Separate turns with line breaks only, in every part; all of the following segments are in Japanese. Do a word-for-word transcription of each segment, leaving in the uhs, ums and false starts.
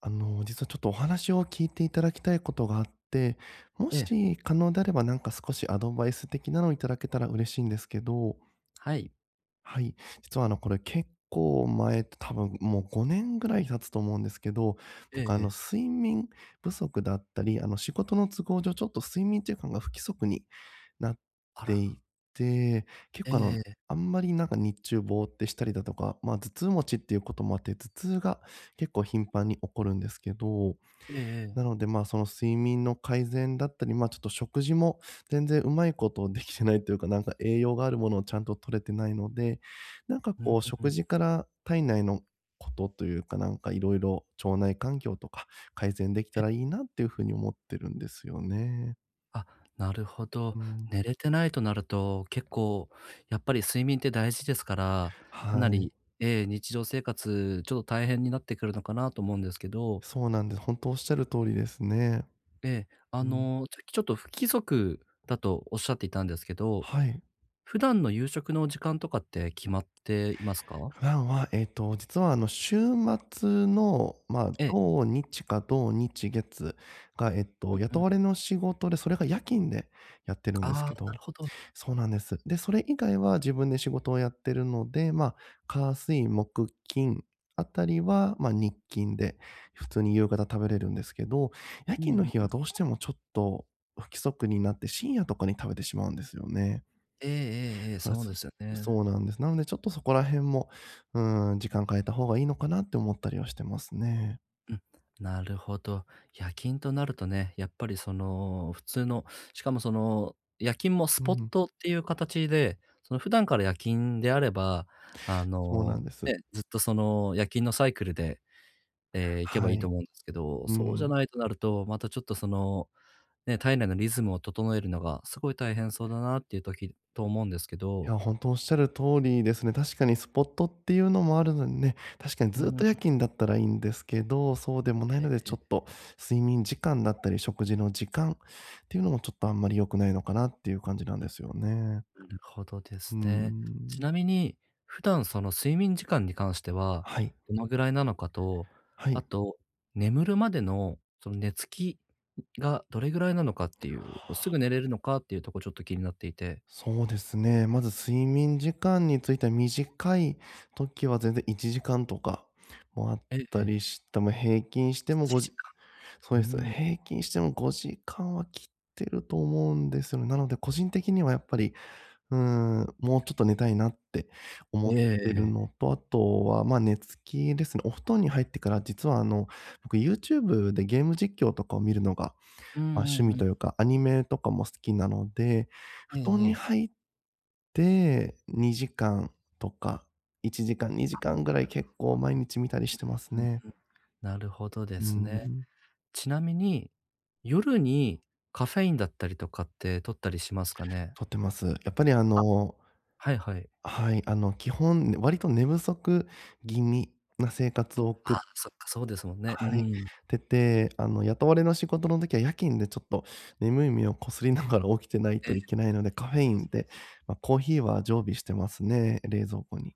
あの、実はちょっとお話を聞いていただきたいことがあって、も
ええ、
し可能であればなんか少しアドバイス的なのをいただけたら嬉しいんですけど、
はい。
はい。実はあの、これ結構前、多分もうごねんぐらい経つと思うんですけど、
ええ
僕あの、
ええ。
睡眠不足だったり、あの、仕事の都合上ちょっと睡眠時間が不規則になっ
あ
て
ら。
いて、結
ええ
構あの、
ええ。
あんまりなんか日中ぼーってしたりだとか、まあ頭痛持ちっていうこともあって、頭痛が結構頻繁に起こるんですけど、
えええ
な
え。
ので、まあ、その睡眠の改善だったり、まあ、ちょっと食事も全然うまいことできてないというか、なんか栄養があるものをちゃんと取れてないので、なんか
うん、
こう
う
食
ん。
事から体内のことというか、なんかいろいろ腸内環境とか改善でき
え、
たらいいなっていうふうに思ってるんですよね。
あ、なるほど。
うん。
寝れてないとなると、結構やっぱり睡眠って大事ですから、か
は
な
い。
り、ええ、日常生活ちょっと大変になってくるのかなと思うんですけど、
そうなんです。本当おっしゃる通りですね。
ええ、あ
うん。
の、さっきちょっと不規則だとおっしゃっていたんですけど、
はい。
普段の夕食の時間とかって決まっていますか？
普段は、えっと、実はあの、週末の、まあ、
ええ、
土日か土日月が、えっ
う
と、
んうん。
雇われの仕事で、それが夜勤でやってるん
あ
です
あ、な
け
る
ど、
ほど。
そうなんです。で、それ以外は自分で仕事をやってるので、まあ、火水木金あたりは、まあ、日勤で普通に夕方食べれるんですけど、夜
うん
勤の日
う
は
ん。
どうしてもちょっと不規則になって、深夜とかに食べてしまうんですよね。
ええええええ、
そうで
そう
す。
ですよね。
そうなんです。なのでちょっとそこら辺も、うーん、時間変えた方がいいのかなって思ったりはしてますね。
うん、なるほど。夜勤となるとね、やっぱりその普通の、しかもその夜勤もス
う
ポッ
ん、
トっていう形で、その普段から夜勤であれば、あ
そうな
の、
んです。
ね、ずっとその夜勤のサイクルで、えー行けば
は
いいと
い。
思うんですけど、
う
そうじゃ
ん。
ないとなると、またちょっとその、ね、体内のリズムを整えるのがすごい大変そうだなっていう時と思うんですけ
い
ど、
や、本当おっしゃる通りですね。確かにスポットっていうのもあるのでね、確かに
う
ずっ
ん、
と夜勤だったらいいんですけど、そうでもないのでちょっと睡眠時間だったり、食事の時間っていうのもちょっとあんまり良くないのかなっていう感じなんですよね。
なるほどで
う
す
ー
ね。ち
ん。
なみに、普段その睡眠時間に関しては、
はい、
どのぐらいなのかと、
は
あ
い。
と、眠るまでのその寝つきがどれぐらいなのかっていう、こうすぐ寝れるのかっていうとこちょっと気になっていて。
そうですね。まず睡眠時間については短い時は全然いちじかんとかもあっ
ええ
た
え
り
え。
して、もう平均しても5
時
時そうです。
間。うん。
平均してもごじかんは切ってると思うんですよね。なので、個人的にはやっぱり、うーん、もうちょっと寝たいなって思
え
っ
え
てる
え
の
え。
と、あとは、ま、あ寝つきですね。お布団に入ってから実はあの、僕 YouTube でゲーム実況とかを見るのが、
うんう
まあ、趣
んう
味
ん。
というか、アニメとかも好きなので、
え
布団
ええ
に
え。
入っで、にじかんとか、いちじかん、にじかんぐらい結構毎日見たりしてます
うん、
ね。
なるほどで
うー
すね。
ん、
ちなみに、夜にカフェインだったりとかって摂ったりしますかね？
とってます。やっぱりあの、
はいはい。
はい、あの、基本、割と寝不足気味な生活を送
あ
っ
あ、そっか、そうですもんね。う
はい、
ん。
てて、あの、雇われの仕事の時は夜勤でちょっと眠い目をこすりながら起きてない
え
とい
え
けないので、カフェインで、ま、コーヒーは常備してますね、冷蔵庫に。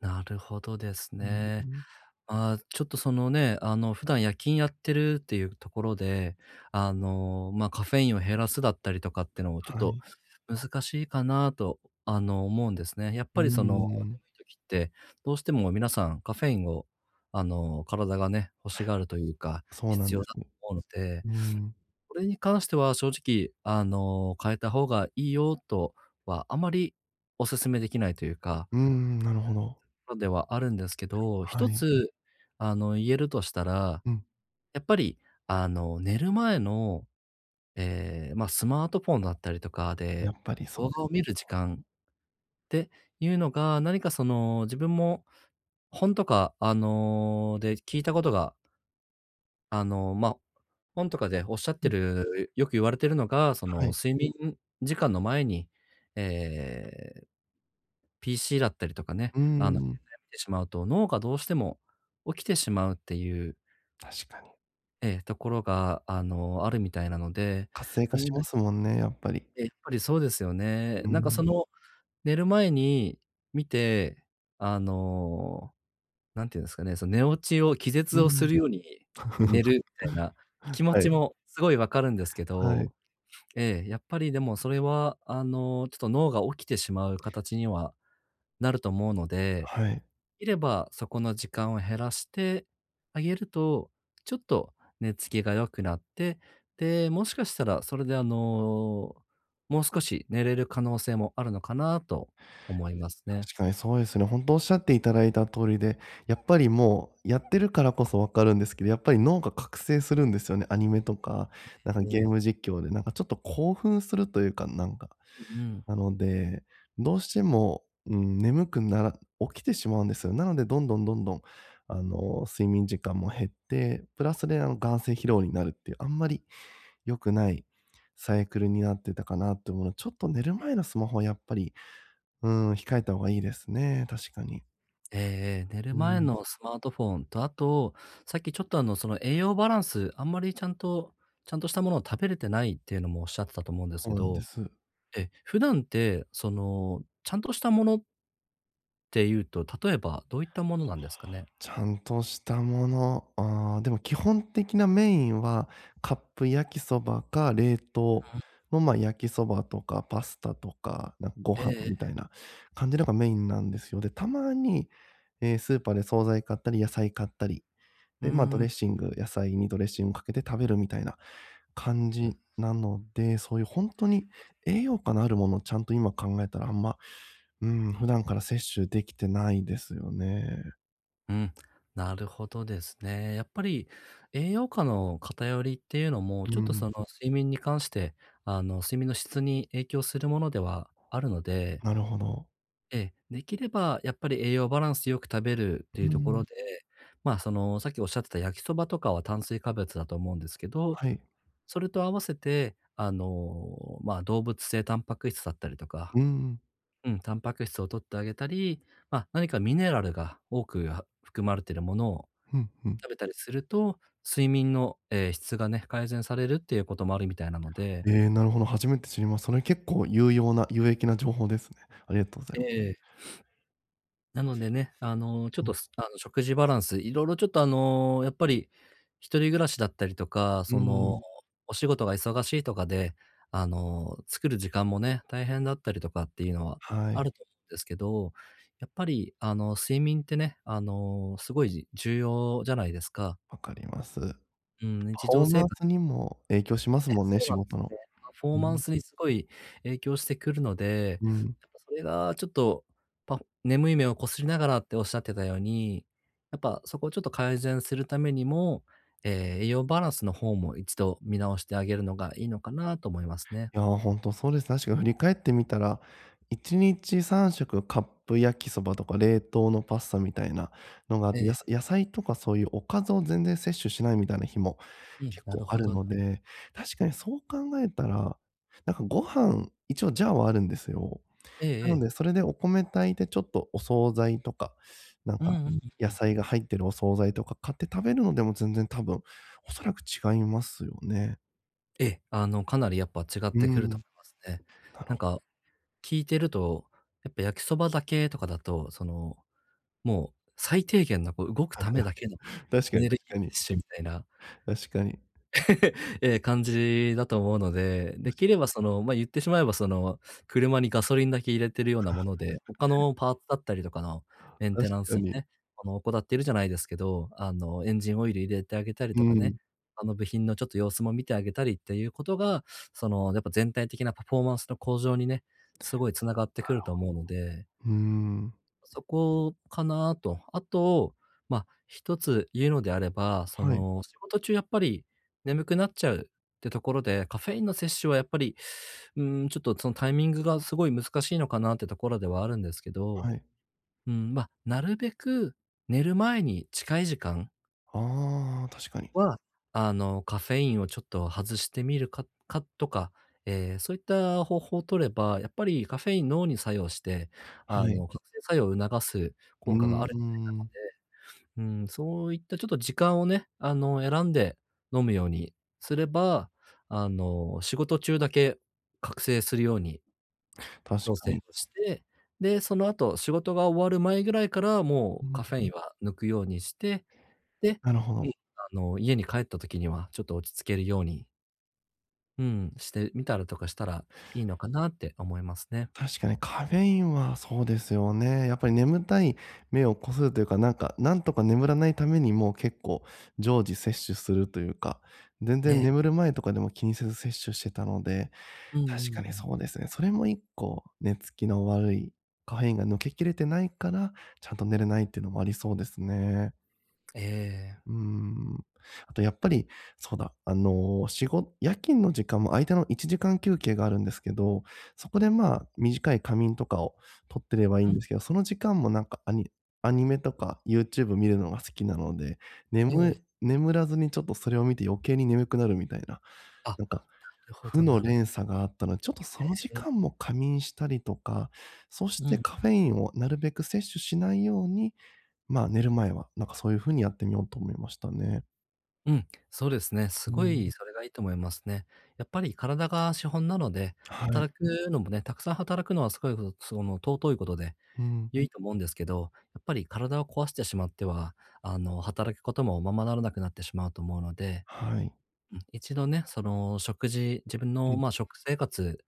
なるほどです
うんう
ね。
ん。
まあ、ちょっとそのね、あの、普段夜勤やってるっていうところで、あの、まあ、カフェインを減らすだったりとかっていうのもちょっ
は
と
い。
難しいかなと、あの、思うんですね。やっ
う
ぱりその、眠
ーん、
い時って、どうしても皆さんカフェインを、あの、体がね、欲しがるというか、
そうな
必
ん
要
です。
だと思うので、
うーん。
これに関しては正直、あの、変えた方がいいよとは、あまりお勧めできないというか、
うーん、なるほど。
ろではあるんですけど、
は
一
い。
つ、あの、言えるとしたら、
うん。
やっぱり、あの、寝る前の、ええ、まあ、スマートフォンだったりとか
や
で、
っぱりそう
動
で
画
す。
を見る時間っていうのが、何かその、自分も本とか、あの、で聞いたことがあの、まあ、本とかでおっしゃっ
う
て
ん、
る、よく言われてるのが、そ
は
の、
い。
睡眠時間の前に、ええ、ピーシー だったりとかね、
うー
あの、携
ん。
帯見てしまうと、脳がどうしても起きてしまうっていう、
確かに。
ええ、ところが、あの、あるみたいなので、
活性
な
化し
ので、
ますもんね、やっぱり。
え、やっぱりそうですよね。
う
なんかそ
ん。
の、寝る前に見て、あのなんていうんですかね、その寝落ちを気
う
絶をす
ん。
るように寝る みたいな気持
は
ち
い。
もすごいわかるんですけ
はい。
ど、ええ、やっぱりでもそれは、あの、ちょっと脳が起きてしまう形にはなると思うので、
はい。
いればそこの時間を減らしてあげると、ちょっと寝つきが良くなって、で、もしかしたらそれで、あの、もう少し寝れる可能性もあるのかなと思いますね。
確かにそうですね。ほんとおっしゃっていただいた通りで、やっぱりもうやってるからこそわかるんですけど、やっぱり脳が覚醒するんですよね。アニメとか、なんか
え
ゲ
え。
ーム実況で、なんかちょっと興奮するというか、なんか、
うんうん。
なので、どうしても、うん、眠くなら起きてしまうんですよ。なので、どんどんどんどん、あの、睡眠時間も減って、プラスで、あの、眼性疲労になるっていう、あんまり良くないサイクルになってたかなと思うので、ちょっと寝る前のスマホはやっぱり、うん、控えた方がいいですね、確かに。
ええ寝る
う
前
ん、
のスマートフォンと、あと、さっきちょっと、あの、その、栄養バランス、あんまりちゃんとちゃんとしたものを食べれてないっていうのもおっしゃってたと思うんです
そ
け
うなんで
ど、
す。
え、普段って、その、ちゃんとしたものっていうと、例えばどういったものなんですかね？
ちゃんとしたもの、ああ、でも基本的なメインはカップ焼きそばか冷凍の、ま、焼きそばとかパスタとか、なんかご
え
飯
え
み
え。
たいな感じのがメインなんですよ。で、たまに、え、スーパーで惣菜買ったり野菜買ったり、
うー
で、ま、ド
ん、
レッシング野菜にドレッシングかけて食べるみたいな感じなので、そういう本当に栄養価のあるものをちゃんと今考えたらあんま、うん、普段から摂取できてないですよね。
うん、なるほどですね。やっぱり栄養価の偏りっていうのも、
う
ちょっと、そ
ん、
の、睡眠に関して、あの、睡眠の質に影響するものではあるので
なるほど。
ええ、できればやっぱり栄養バランスよく食べるってい
う
うところ
ん。
で、ま、あその、さっきおっしゃってた焼きそばとかは炭水化物だと思うんですけど、
はい。
それと合わせて、あの、ま、あ動物性タンパク質だったりとか、
うん。
うん、タンパク質を取ってあげたり、ま、何かミネラルが多くは含まれているものを
うんうん。
食べたりすると、睡眠の、えー質がね、改善されるっていうこともあるみたいなので
ええ、なるほど、初めて知ります。それ結構有用な有益な情報ですね。ありがとうございます。
ええ。なのでね、あの、ちょっ
う
と、
ん。
すあの、食事バランス、いろいろちょっと、あの、やっぱり一人暮らしだったりとか、
う
その、
ん。
お仕事が忙しいとかで、あの、作る時間もね、大変だったりとかっていうのは
は
あ
い、
ると思うんですけど、やっぱり、あの、睡眠ってね、あの、すごい重要じゃないですか。
わかります。パ
うん、日
フ
常
ォー
生
マン
活
スにも影響します
え、
もんね、
そう
仕
なんで
事
す
の。
よね。パフォー
う
マン
ん。
スにすごい影響してくるので、
うん。
やっぱそれがちょっと、パ眠い目をこすりながらっておっしゃってたように、やっぱそこをちょっと改善するためにも、えー栄養バランスの方も一度見直してあげるのがいいのかなと思いますね。
いや、ほんとそうですね。確かに振り返ってみたら、いちにちさん食カップ焼きそばとか冷凍のパスタみたいなのがあっ
え
て、やさ
え、
野菜とかそういうおかずを全然摂取しないみたいな日も
うん、
結
な
構
る
あ
ほ
る
ど。
ので、確かにそう考えたら、なんかご飯、一応ジャーはあるんですよ。
ええ
なの
ええ。
で、それでお米炊いてちょっとお惣菜とか、なん
う
か
んうん。
野菜が入ってるお惣菜とか買って食べるのでも全然多分おそらく違いますよね。
ええ、あの、かなりやっぱ違っ
う
てく
ん。
ると思いますね。
なる
な
ほ
ん
ど。
か聞いてると、やっぱ焼きそばだけとかだと、その、もう最低限のこう動くためだけの
確
エ
かに
ネル
確
ギー
かに。
摂取みたいな、
確かに。
ええ、感じだと思うので、できればその、ま、言ってしまえばその、車にガソリンだけ入れてるようなもので、他のパーツだったりとかのメンテ
確
ナンス
か
を
に。
ね、あの、怠っているじゃないですけど、あの、エンジンオイル入れてあげたり
う
とかね、
ん。
他の部品のちょっと様子も見てあげたりっていうことが、その、やっぱ全体的なパフォーマンスの向上にね、すごい繋がってくると思うので
うーん。
そこかなと。あと、まあ、一つ言うのであれば、そ
はい、
の、仕事中やっぱり眠くなっちゃうってところで、カフェインの摂取はやっぱり、うーん、ちょっとそのタイミングがすごい難しいのかなってところではあるんですけど、
はい。
うん、まあ、なるべく寝る前に近い時間
ああ、確かに。
は、あの、カフェインをちょっと外してみるかかとか、えーそういった方法を取れば、やっぱりカフェイン脳に作用して、
は
あ
い。
の、覚醒作用を促す
う
効果があ
ー
るみた
ん。
いでうん、そういったちょっと時間をね、あの、選んで飲むようにすれば、あの、仕事中だけ覚醒するように
確
調
か
整
に。
をして、で、その後仕事が終わる前ぐらいからも
う
うカ
ん、
フェインは抜くようにして、で、
なるほど。
うん、あの、家に帰った時にはちょっと落ち着けるように、うん、してみたらとかしたらいいのかなって思いますね。
確かにカフェインはそうですよね。やっぱり眠たい目をこするというか、なんか、なんとか眠らないためにもう結構常時摂取するというか、全
え
然
え。
眠る前とかでも気にせず摂取してたので、
うんう
確
んう
かに
ん。
そうですね。それもいっこ、寝つきの悪い、カフェインが抜けきれてないから、ちゃんと寝れないっていうのもありそうですね。
ええ。
うーん。あとやっぱり、そうだ、あの、仕事夜勤の時間も相手のいちじかん休憩があるんですけど、そこで、まあ、短い仮眠とかを取ってればいいん
う
ですけど、その時間もなんかアニアニメとか YouTube 見るのが好きなので、
ん、ええ。
眠眠らずにちょっとそれを見て余計に眠くなるみたいな、
あ、な
なんか
るほ
負
ど
の
なる
連鎖があったので、ちょっとその時
え
間
え。
も仮眠したりとか、そし
う
て
ん。
カフェインをなるべく摂取しないように、まあ、寝る前は、なんかそういう風にやってみようと思いましたね。
うん、そうですね。す
う
ご
ん。
いそれがいいと思いますね。やっぱり体が資本なので、
はい。
働くのもね、たくさん働くのはすごいことその尊いことで、
うん。
良いと思うんですけど、やっぱり体を壊してしまっては、あの、働くこともままならなくなってしまうと思うので、
はい。
うん、一度ね、その食事自分
う
の、
ん、
ま、あ食生活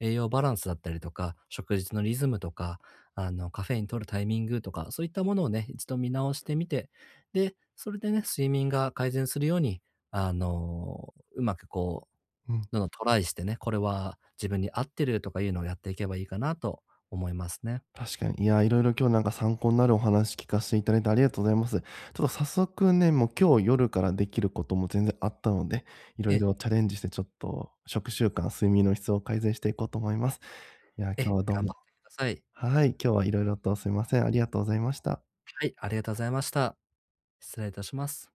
栄養バランスだったりとか、食事のリズムとか、あの、カフェイン摂るタイミングとか、そういったものをね、一度見直してみて、で、それでね、睡眠が改善するように、あの、うまくこう、
うん。
どんどんトライしてね、これは自分に合ってるとかいうのをやっていけばいいかなと思いますね。
確かに。いや、いろいろ今日なんか参考になるお話聞かせていただいてありがとうございます。ちょっと早速ね、もう今日夜からできることも全然あったので、いろ
え
い
え、
ろチャレンジしてちょっと食習慣、睡眠の質を改善していこうと思います。いや、
え
今
え、
日はどう
頑
も、
張ってください。
はい、今日はいろいろとすいません。ありがとうございました。
はい、ありがとうございました。失礼いたします。